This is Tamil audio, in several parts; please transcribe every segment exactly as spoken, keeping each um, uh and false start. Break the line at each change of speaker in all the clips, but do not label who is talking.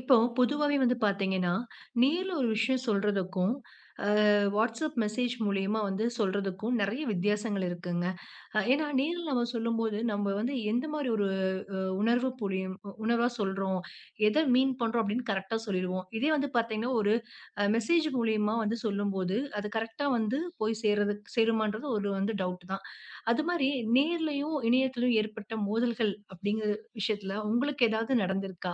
இப்போ பொதுவாவே வந்து பார்த்தீங்கன்னா, நேர்ல ஒரு விஷயம் சொல்றதுக்கும், அ WhatsApp மெசேஜ் மூலியமா வந்து சொல்றதுக்கும் நெறைய வித்தியாசங்கள் இருக்குங்க. அ ஏன்னா, நேர்ல நம்ம சொல்லும்போது, நம்ம வந்து எந்த மாரி ஒரு உணர்வு புரியும் உ உணர்வா சொல்றோம். எத மீன் பண்றோம் அப்டின்னு கரெக்ட்டா சொல்லிருவோம். இதே வந்து பார்த்தீங்கன்னா, ஒரு அ மெசேஜ் மூலியமா வந்து சொல்லும்போது, அது கரெக்ட்டா வந்து போய் சேர்றது சேருமான்றது ஒரு வந்து டவுட் தான். அது மாரி நேர்லயும், இணையத்திலும் ஏற்பட்ட மோதல்கள் அப்டிங்கிற விஷயத்துல உங்களுக்கு ஏதாவது நடந்திருக்கா?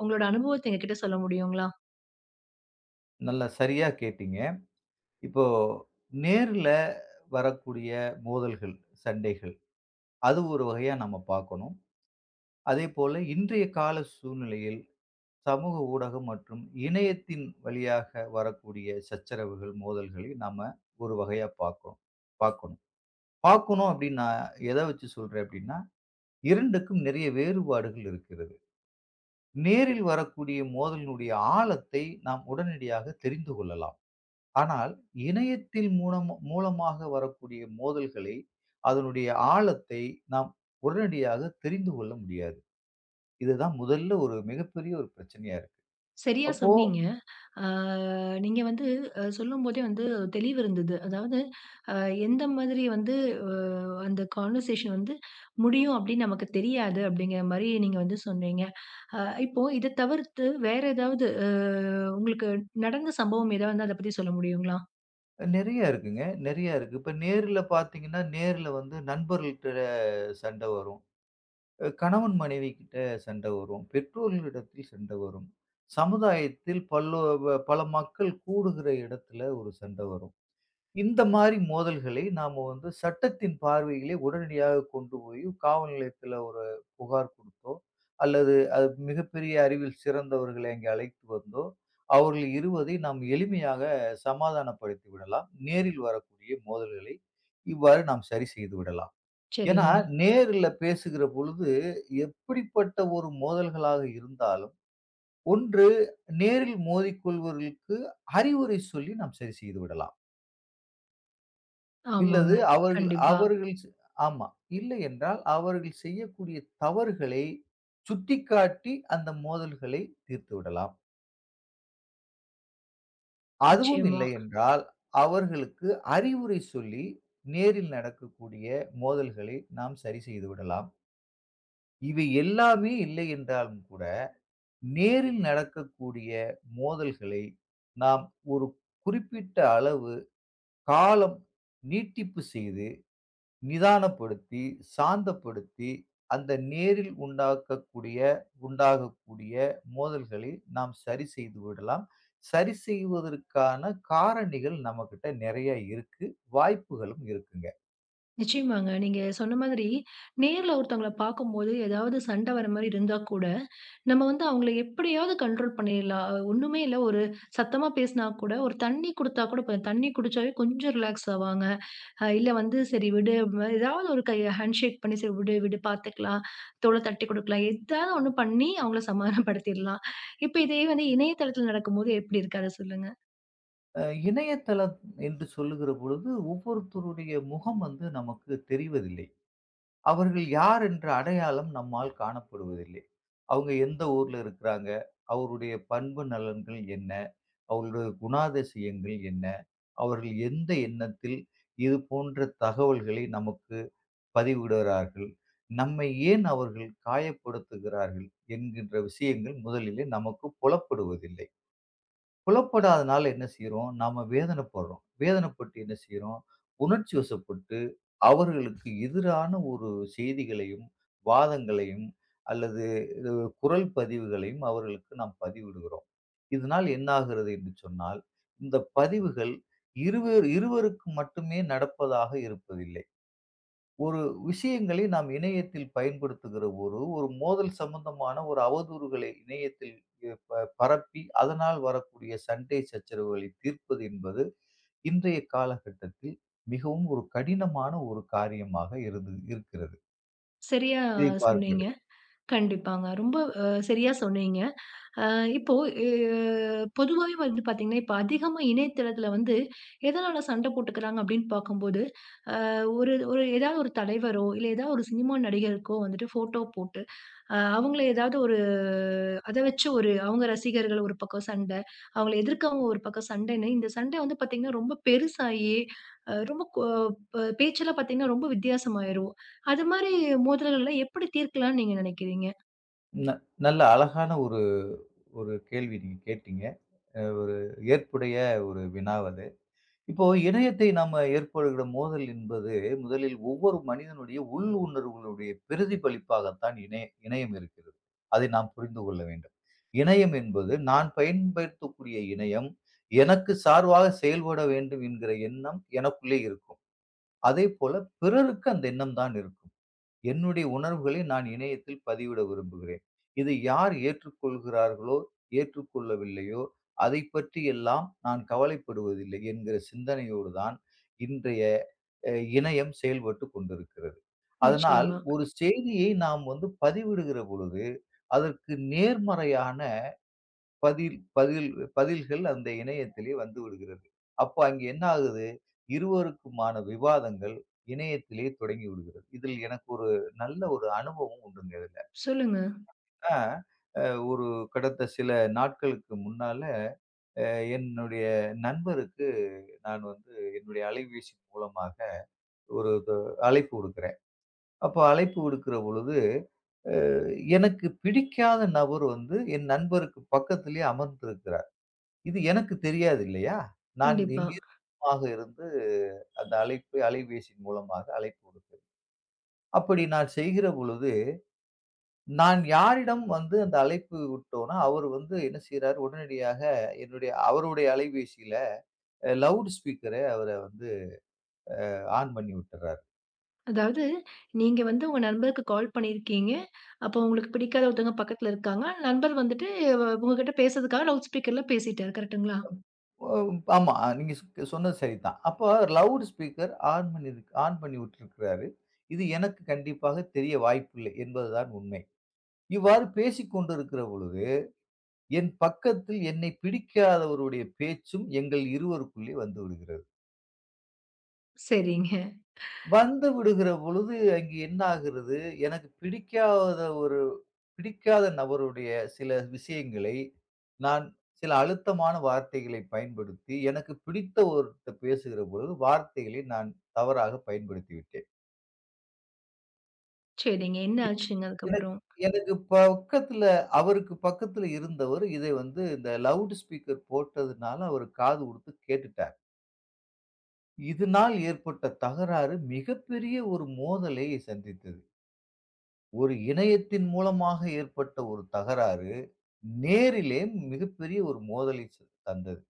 உங்களோட அனுபவத்த எங்ககிட்ட சொல்ல முடியுங்களா?
நல்லா சரியா கேட்டீங்க. இப்போ நேர்ல வரக்கூடிய மோதல்கள், சண்டைகள் அது ஒரு வகையா நம்ம பார்க்கணும். அதேபோல இன்றைய கால சூழ்நிலையில் சமூக ஊடகம் மற்றும் இணையத்தின் வழியாக வரக்கூடிய சச்சரவுகள், மோதல்களை நாம ஒரு வகையா பார்க்கிறோம் பார்க்கணும். பார்க்கணும் அப்படின்னு நான் எத வச்சு சொல்றேன் அப்படின்னா, இரண்டுக்கும் நிறைய வேறுபாடுகள் இருக்கிறது. நேரில் வரக்கூடிய மோதலினுடைய ஆழத்தை நாம் உடனடியாக தெரிந்து கொள்ளலாம். ஆனால், இணையத்தில் மூலம் மூலமாக வரக்கூடிய மோதல்களை, அதனுடைய ஆழத்தை நாம் உடனடியாக தெரிந்து கொள்ள முடியாது. இதுதான் முதல்ல ஒரு மிகப்பெரிய ஒரு பிரச்சனையா இருக்கு.
சரியா
அப்போ
சொன்னீங்க. ஆ, நீங்க வந்து அ சொல்லும்போதே வந்து தெளிவு இருந்தது. அதாவது, அ எந்த மாதிரி வந்து அ அந்த கான்வர்சேஷன் வந்து முடியும் அப்படின்னு நமக்கு தெரியாது அப்படிங்கிற மாரி நீங்க வந்து சொன்னீங்க. அ இப்போ இத தவிர்த்து வேற ஏதாவது அ உங்களுக்கு நடந்த சம்பவம் ஏதாவது இருந்தா அத பத்தி சொல்ல முடியுங்களா?
நெறைய இருக்குங்க. நெறைய இருக்கு. இப்ப நேர்ல பார்த்தீங்கன்னா, நேர்ல வந்து நண்பர்கள்ட்ட சண்ட வரும். அ கணவன் மனைவிகிட்ட சண்ட வரும். பெற்றோர்களிடத்தில் சண்ட வரும். சமுதாயத்தில் பல்லோ ப பல மக்கள் கூடுகிற இடத்துல ஒரு சண்ட வரும். இந்த மாரி மோதல்களை நாம வந்து சட்டத்தின் பார்வையிலே உடனடியாக கொண்டு போய் காவல் நிலையத்துல ஒரு புகார் குடுத்தோ, அல்லது அது மிகப்பெரிய அறிவில் சிறந்தவர்களை அங்கே அழைத்து வந்தோ, அவர்கள் இருவதை நாம் எளிமையாக சமாதானப்படுத்தி விடலாம். நேரில் வரக்கூடிய மோதல்களை இவ்வாறு நாம் சரி செய்து விடலாம். ஏன்னா,
சரிங்க.
நேர்ல பேசுகிற பொழுது எப்படிப்பட்ட ஒரு மோதல்களாக இருந்தாலும், ஒன்று நேரில் மோதிக்கொள்வர்களுக்கு அறிவுரை சொல்லி நாம் சரி செய்து விடலாம்.
ஆமாங்க.
இல்லது அவர்கள்
கண்டிப்பா.
அவர்கள் செ ஆமா. இல்லையென்றால் அவர்கள் செய்யக்கூடிய தவறுகளை சுட்டிக்காட்டி அந்த மோதல்களை தீர்த்து விடலாம். அதுவும்
நிச்சயமா.
இல்லையென்றால், அவர்களுக்கு அறிவுரை சொல்லி நேரில் நடக்கக்கூடிய மோதல்களை நாம் சரி செய்து விடலாம். இவை எல்லாமே இல்லை என்றாலும் கூட, நேரில் நடக்கக்கூடிய மோதல்களை நாம் ஒரு குறிப்பிட்ட அளவு காலம் நீட்டிப்பு செய்து நிதானப்படுத்தி, சாந்தப்படுத்தி, அந்த நேரில் உண்டாக்கக்கூடிய உண்டாகக்கூடிய மோதல்களை நாம் சரி செய்து விடலாம். சரி செய்வதற்கான காரணிகள் நம்மகிட்ட நிறைய இருக்கு. வாய்ப்புகளும் இருக்குங்க.
நிச்சயமாங்க. நீங்க சொன்ன மாதிரி, நேர்ல ஒருத்தவங்கள பார்க்கும்போது ஏதாவது சண்டை வர மாரி இருந்தா கூட, நம்ம வந்து அவங்கள எப்படியாவது கண்ட்ரோல் பண்ணிடலாம். ஒண்ணுமே இல்ல ஒரு சத்தமா பேசினா கூட, ஒரு தண்ணி குடுத்தா கூட போதும். தண்ணி குடிச்சாவே கொஞ்சம் ரிலாக்ஸ் ஆவாங்க. அ இல்ல வந்து சரி விடு, ம- ஏதாவது ஒரு கை ஹேண்ட்ஷேக் பண்ணி சரி விடு, விடு பார்த்துக்கலாம். தோள தட்டி குடுக்கலாம். ஏதாவது ஒண்ணு பண்ணி அவங்கள சமாதானப்படுத்திடலாம். இப்ப இதே வந்து இணையதளத்துல நடக்கும்போது எப்படி இருக்கு? அத சொல்லுங்க.
அ இணையதளம் என்று சொல்லுகிற பொழுது, ஒவ்வொருத்தருடைய முகம் வந்து நமக்கு தெரிவதில்லை. அவர்கள் யார் என்ற அடையாளம் நம்மால் காணப்படுவதில்லை. அவங்க எந்த ஊர்ல இருக்கிறாங்க? அவருடைய பண்பு நலன்கள் என்ன? அவருடைய குணாதிசயங்கள் என்ன? அவர்கள் எந்த எண்ணத்தில் இது போன்ற தகவல்களை நமக்கு பதிவிடுகிறார்கள்? நம்மை ஏன் அவர்கள் காயப்படுத்துகிறார்கள்? என்கின்ற விஷயங்கள் முதலிலே நமக்கு புலப்படுவதில்லை. புலப்படாதனால என்ன செய்றோம்? நாம வேதனைப்படுறோம். வேதனைப்பட்டு என்ன செய்றோம்? உணர்ச்சி வசப்பட்டு, அவர்களுக்கு எதிரான ஒரு செய்திகளையும், வாதங்களையும் அல்லது இது குரல் பதிவுகளையும் அவர்களுக்கு நாம் பதிவிடுகிறோம். இதனால் என்ன ஆகிறது என்று சொன்னால், இந்த பதிவுகள் இருவேறு இருவருக்கு மட்டுமே நடப்பதாக இருப்பதில்லை. ஒரு விஷயங்களை நாம் இணையத்தில் பயன்படுத்துகிற ஒரு ஒரு மோதல் சம்பந்தமான ஒரு அவதூறுகளை இணையத்தில் எ- ப- பரப்பி அதனால் வரக்கூடிய சண்டை சச்சரவுகளை தீர்ப்பது என்பது இன்றைய காலகட்டத்தில் மிகவும் ஒரு கடினமான ஒரு காரியமாக இருந்து இருக்கிறது
சரியா
இதை
சொன்னீங்க.
பார்க்கிறது.
கண்டிப்பாங்க. ரொம்ப அ சரியா சொன்னீங்க. அ இப்போ எ பொதுவாவே வந்து பார்த்தீங்கன்னா, இப்ப அதிகமா இணையதளத்துல வந்து எதனால சண்டை போட்டுக்கிறாங்க அப்படின்னு பார்க்கும்போது, அ ஒரு ஒரு ஏதாவது ஒரு தலைவரோ, இல்ல ஏதாவது ஒரு சினிமா நடிகருக்கோ வந்துட்டு ஃபோட்டோ போட்டு, அ அவங்கள ஏதாவது ஒரு அத வச்சு ஒரு அவங்க ரசிகர்கள் ஒரு பக்கம் சண்டை, அவங்கள எதிர்க்கவங்க ஒரு பக்கம் சண்டைன்னு, இந்த சண்டை வந்து பார்த்தீங்கன்னா, ரொம்ப பெருசாகி, அ ரொம்ப கொ ப பேச்செல்லாம் பார்த்தீங்கன்னா, ரொம்ப வித்தியாசமாயிரும். அது மாரி மோதல்கள்லாம் எப்படி தீர்க்கலாம்னு நீங்க நினைக்கிறீங்க?
ந- நல்ல அழகான ஒரு ஒரு கேள்வி நீங்க கேட்டீங்க. அஹ் ஒரு ஏற்புடைய ஒரு வினாவது. இப்போ இணையத்தை நாம ஏற்படுகிற மோதல் என்பது முதலில் ஒவ்வொரு மனிதனுடைய உள் உணர்வுகளுடைய பிரதிபலிப்பாகத்தான் இணைய இணையம் இருக்கிறது. அதை நாம் புரிந்து கொள்ள வேண்டும். இணையம் என்பது நான் பயன்படுத்தக்கூடிய இணையம், எனக்கு சார்பாக செயல்பட வேண்டும் என்கிற எண்ணம் எனக்குள்ளே இருக்கும். அதேபோல பிறருக்கு அந்த எண்ணம் தான் இருக்கும். என்னுடைய உணர்வுகளை நான் இணையத்தில் பதிவிட விரும்புகிறேன். இதை யார் ஏற்றுக்கொள்கிறார்களோ, ஏற்றுக்கொள்ளவில்லையோ, அதைப் பற்றி எல்லாம் நான் கவலைப்படுவதில்லை என்கிற சிந்தனையோடு தான் இன்றைய அ இணையம் செயல்பட்டுக் கொண்டிருக்கிறது. அதனால்
நிச்சயமா.
ஒரு செய்தியை நாம் வந்து பதிவிடுகிற பொழுது, அதற்கு நேர்மறையான பதில் பதில் பதில்கள் அந்த இணையத்திலே வந்துவிடுகிறது. அப்போ அங்கே என்ன ஆகுது? இருவருக்குமான விவாதங்கள் இணையத்திலே தொடங்கி விடுகிறது. இதில் எனக்கு ஒரு நல்ல ஒரு அனுபவம் உண்டுங்க இதுல.
சொல்லுங்க.
ஆ அ ஒரு கடந்த சில நாட்களுக்கு முன்னால அ என்னுடைய நண்பருக்கு நான் வந்து என்னுடைய அலைபேசி மூலமாக ஒரு இது அழைப்பு விடுக்கிறேன். அப்போ அழைப்பு விடுக்கிற பொழுது, அ எனக்கு பிடிக்காத நபர் வந்து என் நண்பருக்கு பக்கத்திலே அமர்ந்திருக்கிறார். இது எனக்கு தெரியாது இல்லையா? நான்
கண்டிப்பா.
எங்கேயோ தூரமாக இருந்து அந்த அழைப்பு அலைபேசியின் மூலமாக அழைப்பு விடுத்தது. அப்படி நான் செய்கிற பொழுது, நான் யாரிடம் வந்து அந்த அழைப்பு விட்டோனோ, அவரு வந்து என்ன செய்றாரு, உடனடியாக என்னுடைய அவருடைய அலைபேசியில லவுட் ஸ்பீக்கர அவர வந்து ஆன் பண்ணி விட்டுறாரு.
அதாவது, நீங்க வந்து உங்க நண்பருக்கு கால் பண்ணியிருக்கீங்க. அப்போ உங்களுக்கு பிடிக்காத ஒருத்தவங்க பக்கத்துல இருக்காங்க. நண்பர் வந்துட்டு வ உங்ககிட்ட பேசுறதுக்காக லவுட் ஸ்பீக்கர்ல பேசிட்டாரு. கரெக்ட்டுங்களா?
ஒ ஆமா, நீங்க சொ சொன்னது சரிதான். அப்போ லவுட் ஸ்பீக்கர் ஆன் பண்ணி ஆன் பண்ணி விட்டிருக்கிறாரு. இது எனக்கு கண்டிப்பாக தெரிய வாய்ப்பில்லை என்பதுதான் உண்மை. இவ்வாறு பேசிக் கொண்டிருக்கிற பொழுது என் பக்கத்தில் என்னை பிடிக்காதவருடைய பேச்சும் எங்கள் இருவருக்குள்ளே வந்து விடுகிறது.
சரிங்க.
வந்து விடுகிற பொழுது அங்கே என்ன ஆகிறது, எனக்கு பிடிக்காத ஒரு பிடிக்காத நபருடைய சில விஷயங்களை நான் சில அழுத்தமான வார்த்தைகளை பயன்படுத்தி, எனக்கு பிடித்த ஒருத்த பேசுகிற பொழுது வார்த்தைகளை நான் தவறாக பயன்படுத்தி விட்டேன்.
சரிங்க. என்ன ஆச்சுங்க
எனக்கு
அதுக்கப்புறம்?
எனக்கு பக்கத்துல அவருக்கு பக்கத்துல இருந்தவர் இதை வந்து இந்த லவுட் ஸ்பீக்கர் போட்டதுனால அவரு காது குடுத்து கேட்டுட்டார். இதனால் ஏற்பட்ட தகராறு மிகப்பெரிய ஒரு மோதலை சந்தித்தது. ஒரு இணையத்தின் மூலமாக ஏற்பட்ட ஒரு தகராறு, நேரிலே மிகப்பெரிய ஒரு மோதலை ச தந்தது.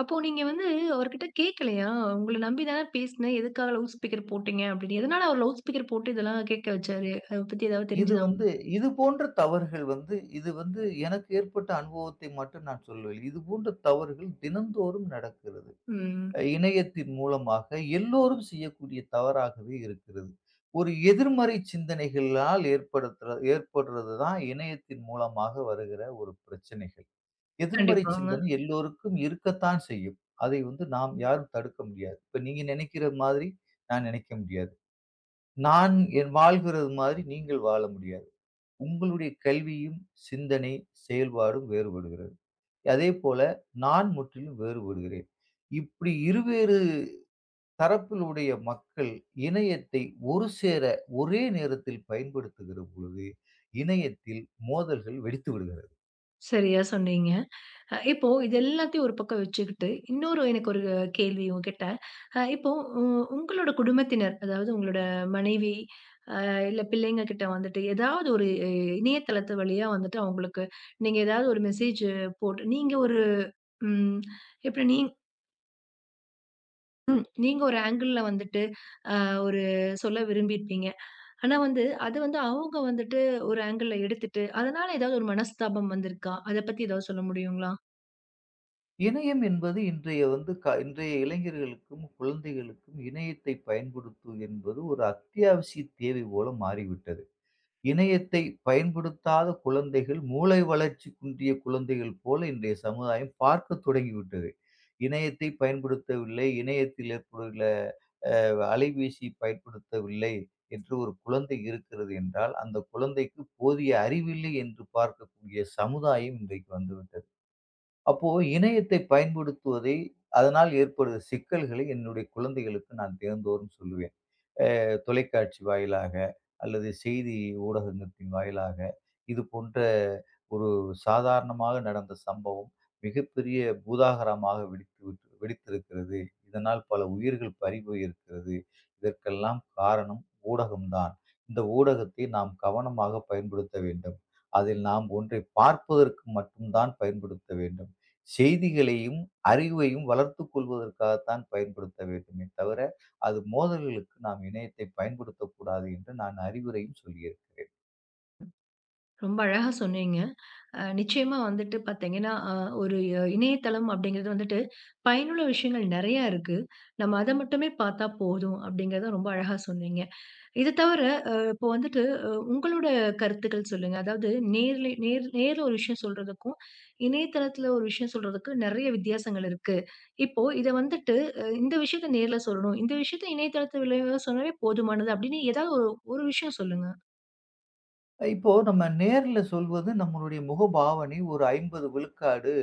அப்போ நீங்க வந்து அவர்கிட்ட கேட்கலையா? உங்கள நம்பி தானே பேசினேன். எதுக்காக லவுட் ஸ்பீக்கர் போட்டீங்க அப்படின்னு? எதனால அவர் லவுட் ஸ்பீக்கர் போட்டு இதெல்லாம் கேட்க வச்சாரு? அத பத்தி ஏதாவது
இது
தெரிஞ்சுதா
வந்து
உங்களுக்கு?
இது போன்ற தவறுகள் வந்து இது வந்து எனக்கு ஏற்பட்ட அனுபவத்தை மட்டும் நான் சொல்லவில்லை. இது போன்ற தவறுகள் தினந்தோறும் நடக்கிறது.
ம்.
அ இணையத்தின் மூலமாக எல்லோரும் செய்யக்கூடிய தவறாகவே இருக்கிறது. ஒரு எதிர்மறை சிந்தனைகளால் ஏற்படுத்துற ஏற்படுறது தான் இணையத்தின் மூலமாக வருகிற ஒரு பிரச்சனைகள். எதிர்மறை
கண்டிப்பாங்க.
சிந்தனை எல்லோருக்கும் இருக்கத்தான் செய்யும். அதை வந்து நாம் யாரும் தடுக்க முடியாது. இப்ப நீங்க நினைக்கிற மாதிரி நான் நினைக்க முடியாது. நான் என் வாழ்கிறது மாதிரி நீங்கள் வாழ முடியாது. உங்களுடைய கல்வியும், சிந்தனை, செயல்பாடும் வேறுபடுகிறது. அதேபோல நான் முற்றிலும் வேறுபடுகிறேன். இப்படி இருவேறு தரப்பிலுடைய மக்கள் இணையத்தை ஒரு சேர ஒரே நேரத்தில் பயன்படுத்துகிற பொழுது, இணையத்தில் மோதல்கள் வெடித்து விடுகிறது.
சரியா சொன்னீங்க. அ இப்போ இது எல்லாத்தையும் ஒரு பக்கம் வச்சுக்கிட்டு, இன்னொரு எனக்கு ஒரு கேள்வி உங்ககிட்ட. அ இப்போ உ உங்களோட குடும்பத்தினர், அதாவது உங்களோட மனைவி, அ இல்ல பிள்ளைங்க கிட்ட வந்துட்டு ஏதாவது ஒரு அ இணையதளத்து வழியா வந்துட்டு அவங்களுக்கு நீங்க ஏதாவது ஒரு மெசேஜ் போட்டு நீங்க ஒரு ம் எப்படி நீ நீங்க ஒரு ஆங்கிள்ல வந்துட்டு அ ஒரு சொல்ல விரும்பியிருப்பீங்க. ஆனா வந்து அது வந்து அவங்க வந்துட்டு ஒரு ஆங்கிள்ல எடுத்துட்டு, அதனால ஏதாவது ஒரு மனஸ்தாபம் வந்திருக்கா? அத பத்தி ஏதாவது சொல்ல முடியுங்களா?
இணையம் என்பது இன்றைய வந்து க இன்றைய இளைஞர்களுக்கும், குழந்தைகளுக்கும் இணையத்தை பயன்படுத்து என்பது ஒரு அத்தியாவசிய தேவை போல மாறிவிட்டது. இணையத்தை பயன்படுத்தாத குழந்தைகள், மூளை வளர்ச்சி குன்றிய குழந்தைகள் போல இன்றைய சமுதாயம் பார்க்கத் தொடங்கிவிட்டது. இணையத்தை பயன்படுத்தவில்லை, இணையத்தில் ஏற்படுள்ள அலைபேசி பயன்படுத்தவில்லை என்று ஒரு குழந்தை இருக்கிறது என்றால், அந்த குழந்தைக்கு போதிய அறிவில்லை என்று பார்க்கக்கூடிய சமுதாயம் இன்றைக்கு வந்துவிட்டது. அப்போ இணையத்தை பயன்படுத்துவதை அதனால் ஏற்படுகிற சிக்கல்களை என்னுடைய குழந்தைகளுக்கு நான் தினந்தோறும் சொல்லுவேன். தொலைக்காட்சி வாயிலாக அல்லது செய்தி ஊடகத்தின் வாயிலாக இது போன்ற ஒரு சாதாரணமாக நடந்த சம்பவம் மிகப்பெரிய பூதாகரமாக வெடித்து விட்டு- வெடித்திருக்கிறது. இதனால் பல உயிர்கள் பறி போயிருக்கிறது. இதற்கெல்லாம் காரணம் ஊடகம்தான். இந்த ஊடகத்தை நாம் கவனமாக பயன்படுத்த வேண்டும். அதில் நாம் ஒன்றை பார்ப்பதற்கு மட்டும்தான் பயன்படுத்த வேண்டும். செய்திகளையும் அறிவையும் வளர்த்துக் கொள்வதற்காகத்தான் பயன்படுத்த வேண்டுமே தவிர அது மோதல்களுக்கு நாம் இணையத்தை பயன்படுத்தக்கூடாது என்று நான் அறிவுரையும் சொல்லியிருக்கிறேன்.
ரொம்ப அழகா சொன்னீங்க. அ நிச்சயமா வந்துட்டு பார்த்தீங்கன்னா, அ ஒரு அஹ் இணையதளம் அப்படிங்கிறது வந்துட்டு பயனுள்ள விஷயங்கள் நெறையா இருக்கு. நம்ம அத மட்டுமே பார்த்தா போதும் அப்படிங்கிறத ரொம்ப அழகா சொன்னீங்க. இது தவிர அ இப்போ வந்துட்டு அ உங்களோட கருத்துக்கள் சொல்லுங்க. அதாவது நேர்ல நேர் நேர்ல ஒரு விஷயம் சொல்றதுக்கும், இணையதளத்துல ஒரு விஷயம் சொல்றதுக்கும் நெறைய வித்தியாசங்கள் இருக்கு. இப்போ இத வந்துட்டு அ இந்த விஷயத்த நேர்ல சொல்லணும். இந்த விஷயத்த இணையதளத்து விளைவா சொன்னாவே போதுமானது அப்படின்னு ஏதாவது ஒரு ஒரு விஷயம் சொல்லுங்க.
இப்போ நம்ம நேர்ல சொல்வது நம்மளுடைய முகபாவனை ஒரு ஐம்பது விழுக்காடு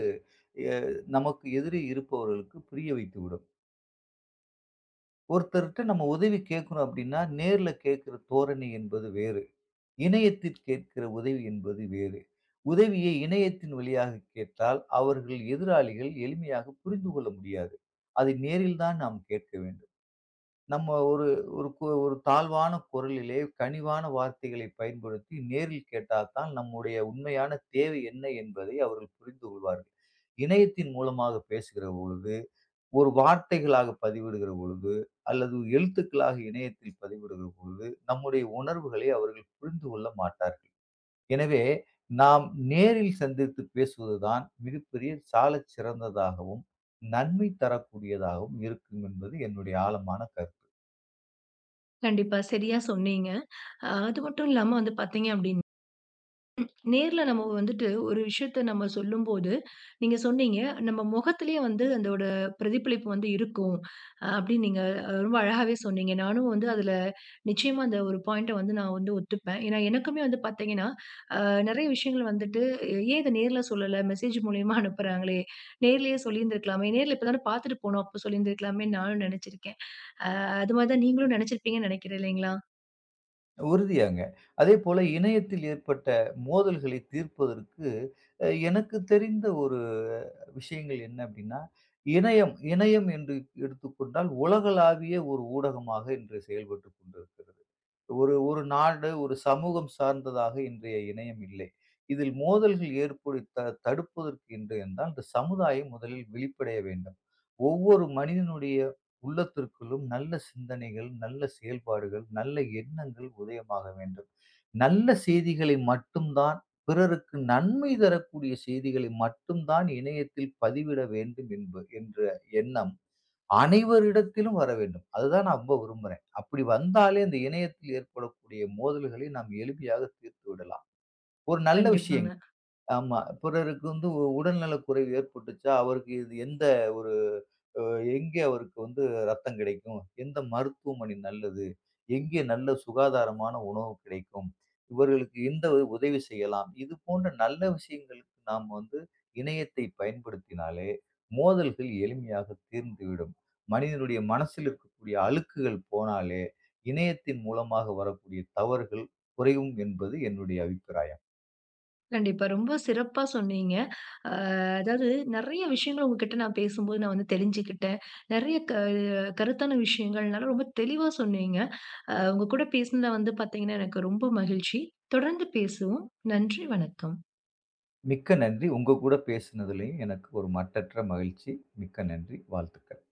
எ நமக்கு எதிரே இருப்பவர்களுக்கு புரிய வைத்துவிடும். ஒருத்தர்ட்ட நம்ம உதவி கேட்கிறோம் அப்படின்னா, நேர்ல கேட்கிற தோரணை என்பது வேறு. இணையத்தில் கேட்கிற உதவி என்பது வேறு. உதவியை இணையத்தின் வழியாக கேட்டால் அவர்கள் எதிராளிகள் எளிமையாக புரிந்து கொள்ள முடியாது. அதை நேரில் தான் நாம் கேட்க வேண்டும். நம்ம ஒரு ஒரு கு ஒரு தாழ்வான குரலிலே கனிவான வார்த்தைகளை பயன்படுத்தி நேரில் கேட்டால் தான் நம்முடைய உண்மையான தேவை என்ன என்பதை அவர்கள் புரிந்து கொள்வார்கள். இணையத்தின் மூலமாக பேசுகிற பொழுது, ஒரு வார்த்தைகளாக பதிவிடுகிற பொழுது, அல்லது எழுத்துக்களாக இணையத்தில் பதிவிடுகிற பொழுது, நம்முடைய உணர்வுகளை அவர்கள் புரிந்து கொள்ள மாட்டார்கள். எனவே நாம் நேரில் சந்தித்து பேசுவதுதான் மிகப்பெரிய சாலச் சிறந்ததாகவும், நன்மை தரக்கூடியதாகவும் இருக்கும் என்பது என்னுடைய ஆழமான கருத்து.
கண்டிப்பா. சரியா சொன்னீங்க. அ அது மட்டும் இல்லாம வந்து பார்த்தீங்க அப்படின்னா நேர்ல நம்ம வந்துட்டு ஒரு விஷயத்த நம்ம சொல்லும்போது, நீங்க சொன்னீங்க, நம்ம முகத்திலேயே வந்து அதோட பிரதிபலிப்பு வந்து இருக்கும். அ அப்படின்னு நீங்க அஹ், ரொம்ப அழகாவே சொன்னீங்க. நானும் வந்து அதில நிச்சயமா அந்த ஒரு பாயிண்ட்ட வந்து நான் வந்து ஒத்துப்பேன். ஏன்னா எனக்குமே வந்து பார்த்தீங்கன்னா, அ நெறைய விஷயங்கள் வந்துட்டு அஹ், ஏன் இத நேர்ல சொல்லல? மெசேஜ் மூலியமா அனுப்புறாங்களே! நேர்லயே சொல்லியிருந்திருக்கலாமே! நேர்ல இப்ப தானே பார்த்துட்டு போனோம். அப்போ சொல்லியிருந்திருக்கலாமேன்னு நானும் நெனச்சிருக்கேன். அ அது மாரி தான் நீங்களும் நெனச்சிருப்பீங்கன்னு நெனைக்கிறேன் இல்லைங்களா?
உறுதியாங்க. அதேபோல இணையத்தில் ஏற்பட்ட மோதல்களை தீர்ப்பதற்கு, அ எனக்கு தெரிந்த ஒரு விஷயங்கள் என்ன அப்படின்னா, இணையம் இணையம் என்று எடுத்துக்கொண்டால் உலகளாவிய ஒரு ஊடகமாக இன்று செயல்பட்டு கொண்டிருக்கிறது. ஒரு ஒரு நாடு, ஒரு சமூகம் சார்ந்ததாக இன்றைய இணையம் இல்லை. இதில் மோதல்கள் ஏற்படு த தடுப்பதற்கு என்று என்றால், இந்த சமுதாயம் முதலில் விழிப்படைய வேண்டும். ஒவ்வொரு மனிதனுடைய உள்ளத்திற்குள்ளும் நல்ல சிந்தனைகள், நல்ல செயல்பாடுகள், நல்ல எண்ணங்கள் உதயமாக வேண்டும். நல்ல செய்திகளை மட்டும் தான் பிறருக்கு நன்மை தரக்கூடிய செய்திகளை மட்டும் தான் இணையத்தில் பதிவிட வேண்டும் என்ப என்ற எண்ணம் அனைவரிடத்திலும் வர வேண்டும். அதுதான் நான் ரொம்ப விரும்புறேன். அப்படி வந்தாலே அந்த இணையத்தில் ஏற்படக்கூடிய மோதல்களை நாம் எளிமையாக தீர்த்து விடலாம். ஒரு நல்ல விஷயங்கள்.
கண்டிப்பாங்க.
ஆமா. பிறருக்கு வந்து உ உடல்நலக் குறைவு ஏற்பட்டுச்சா, அவருக்கு இது எந்த ஒரு அ எங்கே அவருக்கு வந்து ரத்தம் கிடைக்கும்? எந்த மருத்துவமனை நல்லது? எங்கே நல்ல சுகாதாரமான உணவு கிடைக்கும்? இவர்களுக்கு எந்த உதவி செய்யலாம்? இது போன்ற நல்ல விஷயங்களுக்கு நாம் வந்து இணையத்தை பயன்படுத்தினாலே, மோதல்கள் எளிமையாக தீர்ந்துவிடும். மனிதனுடைய மனசில் இருக்கக்கூடிய அழுக்குகள் போனாலே, இணையத்தின் மூலமாக வரக்கூடிய தவறுகள் குறையும் என்பது என்னுடைய அபிப்பிராயம்.
கண்டிப்பா. ரொம்ப சிறப்பா சொன்னீங்க. அ அதாவது நெறைய விஷயங்கள் உங்ககிட்ட நான் பேசும்போது நான் வந்து தெரிஞ்சுக்கிட்டேன். நெறைய க கருத்தான விஷயங்கள்னால ரொம்ப தெளிவா சொன்னீங்க. அ உங்க கூட பேசினதுல வந்து பார்த்தீங்கன்னா, எனக்கு ரொம்ப மகிழ்ச்சி. தொடர்ந்து பேசுவோம். நன்றி, வணக்கம்.
மிக்க நன்றி. உங்க கூட பேசினதுலயும் எனக்கு ஒரு மட்டற்ற மகிழ்ச்சி. மிக்க நன்றி. வாழ்த்துக்கள்.